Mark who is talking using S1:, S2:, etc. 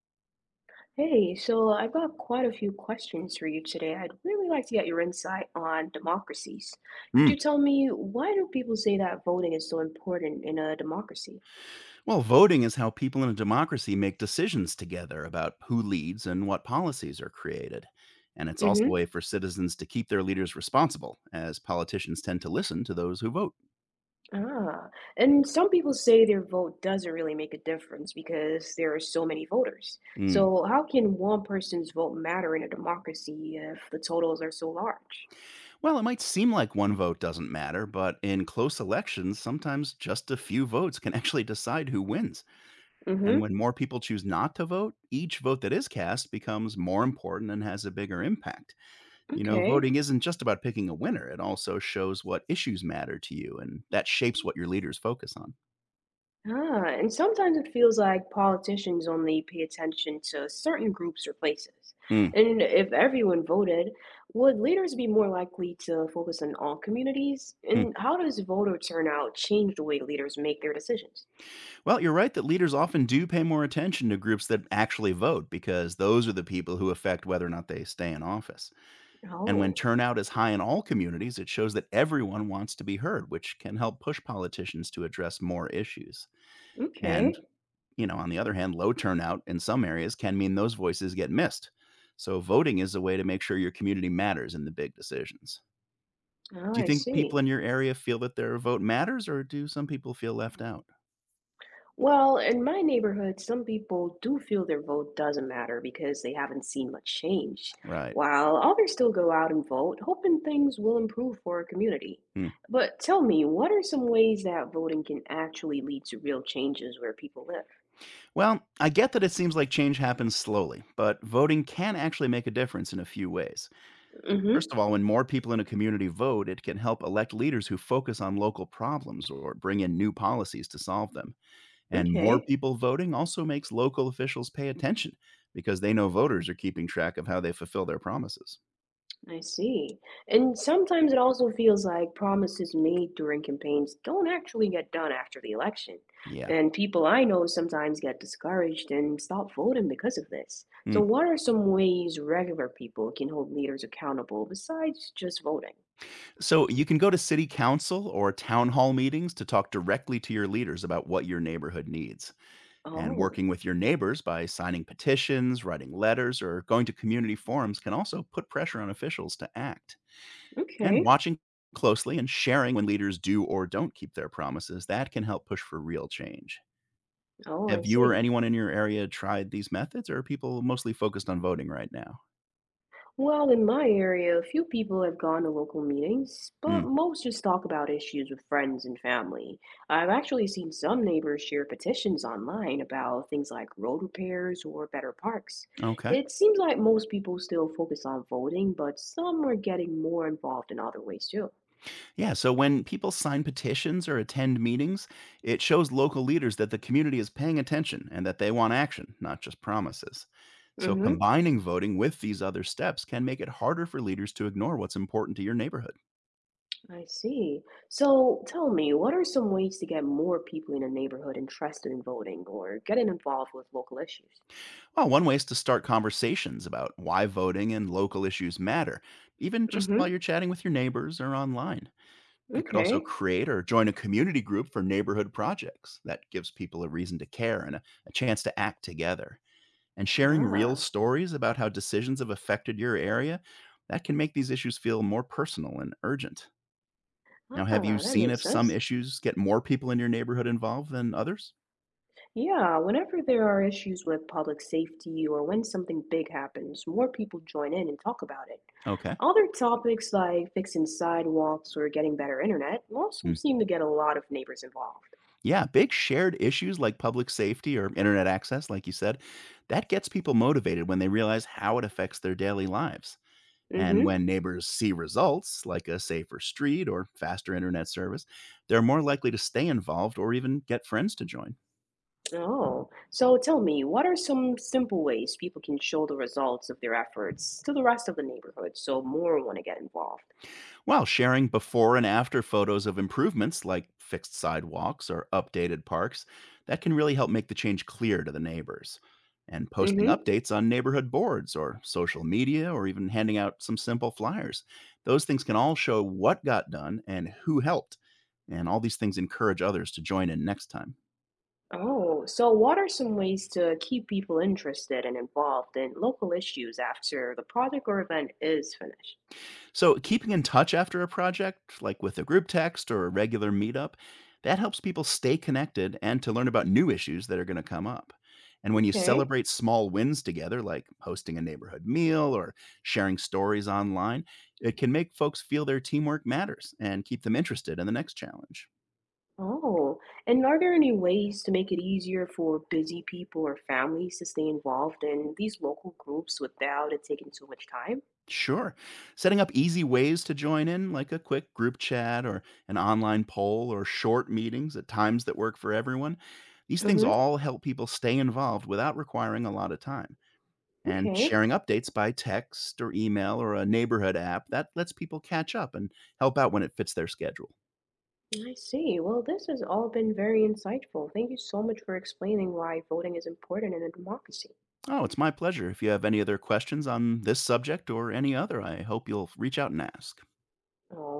S1: Hey, so I've got quite a few questions for you today. I'd really like to get your insight on democracies. Could
S2: Mm.
S1: you tell me why do people say that voting is so important in a democracy?
S2: Well, voting is how people in a democracy make decisions together about who leads and what policies are created. And it's also a
S1: Mm-hmm.
S2: way for citizens to keep their leaders responsible, as politicians tend to listen to those who vote.
S1: Ah, and some people say their vote doesn't really make a difference because there are so many voters.
S2: Mm.
S1: So how can one person's vote matter in a democracy if the totals are so large?
S2: Well, it might seem like one vote doesn't matter, but in close elections, sometimes just a few votes can actually decide who wins. And
S1: Mm-hmm.
S2: when more people choose not to vote, each vote that is cast becomes more important and has a bigger impact. You know,
S1: Okay.
S2: voting isn't just about picking a winner, it also shows what issues matter to you, and that shapes what your leaders focus on.
S1: Ah, and sometimes it feels like politicians only pay attention to certain groups or places.
S2: Mm,
S1: And if everyone voted, would leaders be more likely to focus on all communities?
S2: hmm.
S1: And how does voter turnout change the way leaders make their decisions?
S2: Well, you're right that leaders often do pay more attention to groups that actually vote because those are the people who affect whether or not they stay in office. And when
S1: Oh,
S2: turnout is high in all communities, it shows that everyone wants to be heard, which can help push politicians to address more issues. And,
S1: okay.
S2: you know, on the other hand, low turnout in some areas can mean those voices get missed. So voting is a way to make sure your community matters in the big decisions.
S1: Oh,
S2: Do you
S1: I
S2: think people
S1: see.
S2: in your area feel that their vote matters, or do some people feel left out?
S1: Well, in my neighborhood, some people do feel their vote doesn't matter because they haven't seen much change,
S2: Right.
S1: while others still go out and vote, hoping things will improve for our community.
S2: Hmm.
S1: But tell me, what are some ways that voting can actually lead to real changes where people live?
S2: Well, I get that it seems like change happens slowly, but voting can actually make a difference in a few ways.
S1: Mm-hmm.
S2: First of all, when more people in a community vote, it can help elect leaders who focus on local problems or bring in new policies to solve them. And more
S1: Okay.
S2: people voting also makes local officials pay attention because they know voters are keeping track of how they fulfill their promises.
S1: I see. And sometimes it also feels like promises made during campaigns don't actually get done after the election.
S2: Yeah.
S1: And people I know sometimes get discouraged and stop voting because of this.
S2: Hmm.
S1: So, what are some ways regular people can hold leaders accountable besides just voting?
S2: So you can go to city council or town hall meetings to talk directly to your leaders about what your neighborhood needs. And
S1: Oh,
S2: working with your neighbors by signing petitions, writing letters, or going to community forums can also put pressure on officials to act. And
S1: okay.
S2: watching closely and sharing when leaders do or don't keep their promises, that can help push for real change.
S1: Oh, I
S2: Have you or
S1: see.
S2: anyone in your area tried these methods, or are people mostly focused on voting right now?
S1: Well, in my area, a few people have gone to local meetings,
S2: Hmm.
S1: but most just talk about issues with friends and family. I've actually seen some neighbors share petitions online about things like road repairs or better parks.
S2: Okay.
S1: It seems like most people still focus on voting, but some are getting more involved in other ways too.
S2: Yeah, so when people sign petitions or attend meetings, it shows local leaders that the community is paying attention and that they want action, not just promises. So
S1: Mm-hmm.
S2: combining voting with these other steps can make it harder for leaders to ignore what's important to your neighborhood.
S1: I see. So tell me, what are some ways to get more people in a neighborhood interested in voting or getting involved with local issues?
S2: Well, one way is to start conversations about why voting and local issues matter, even just while
S1: Mm-hmm.
S2: you're chatting with your neighbors or online. You could also
S1: Okay.
S2: create or join a community group for neighborhood projects. That gives people a reason to care and a chance to act together. And sharing real
S1: Ah.
S2: stories about how decisions have affected your area, that can make these issues feel more personal and urgent. Now,
S1: Ah,
S2: have you
S1: that
S2: seen
S1: makes
S2: if some
S1: sense.
S2: issues get more people in your neighborhood involved than others?
S1: Yeah, whenever there are issues with public safety or when something big happens, more people join in and talk about it.
S2: Okay.
S1: Other topics like fixing sidewalks or getting better internet also
S2: Mm.
S1: seem to get a lot of neighbors involved.
S2: Yeah, big shared issues like public safety or internet access, like you said, that gets people motivated when they realize how it affects their daily lives. And
S1: Mm-hmm.
S2: when neighbors see results, like a safer street or faster internet service, they're more likely to stay involved or even get friends to join.
S1: Oh, so tell me, what are some simple ways people can show the results of their efforts to the rest of the neighborhood so more want to get involved?
S2: While sharing before and after photos of improvements like fixed sidewalks or updated parks, that can really help make the change clear to the neighbors. And posting
S1: Mm-hmm.
S2: updates on neighborhood boards or social media or even handing out some simple flyers. Those things can all show what got done and who helped. And all these things encourage others to join in next time.
S1: Oh, so what are some ways to keep people interested and involved in local issues after the project or event is finished?
S2: So, keeping in touch after a project, like with a group text or a regular meetup, that helps people stay connected and to learn about new issues that are going to come up. And when you
S1: Okay.
S2: celebrate small wins together, like hosting a neighborhood meal or sharing stories online, it can make folks feel their teamwork matters and keep them interested in the next challenge.
S1: Oh, and are there any ways to make it easier for busy people or families to stay involved in these local groups without it taking too much time?
S2: Sure. Setting up easy ways to join in, like a quick group chat or an online poll or short meetings at times that work for everyone. These things
S1: Mm-hmm.
S2: all help people stay involved without requiring a lot of time. And
S1: Okay.
S2: sharing updates by text or email or a neighborhood app, that lets people catch up and help out when it fits their schedule.
S1: I see. Well, this has all been very insightful. Thank you so much for explaining why voting is important in a democracy.
S2: Oh, it's my pleasure. If you have any other questions on this subject or any other, I hope you'll reach out and ask.
S1: Oh,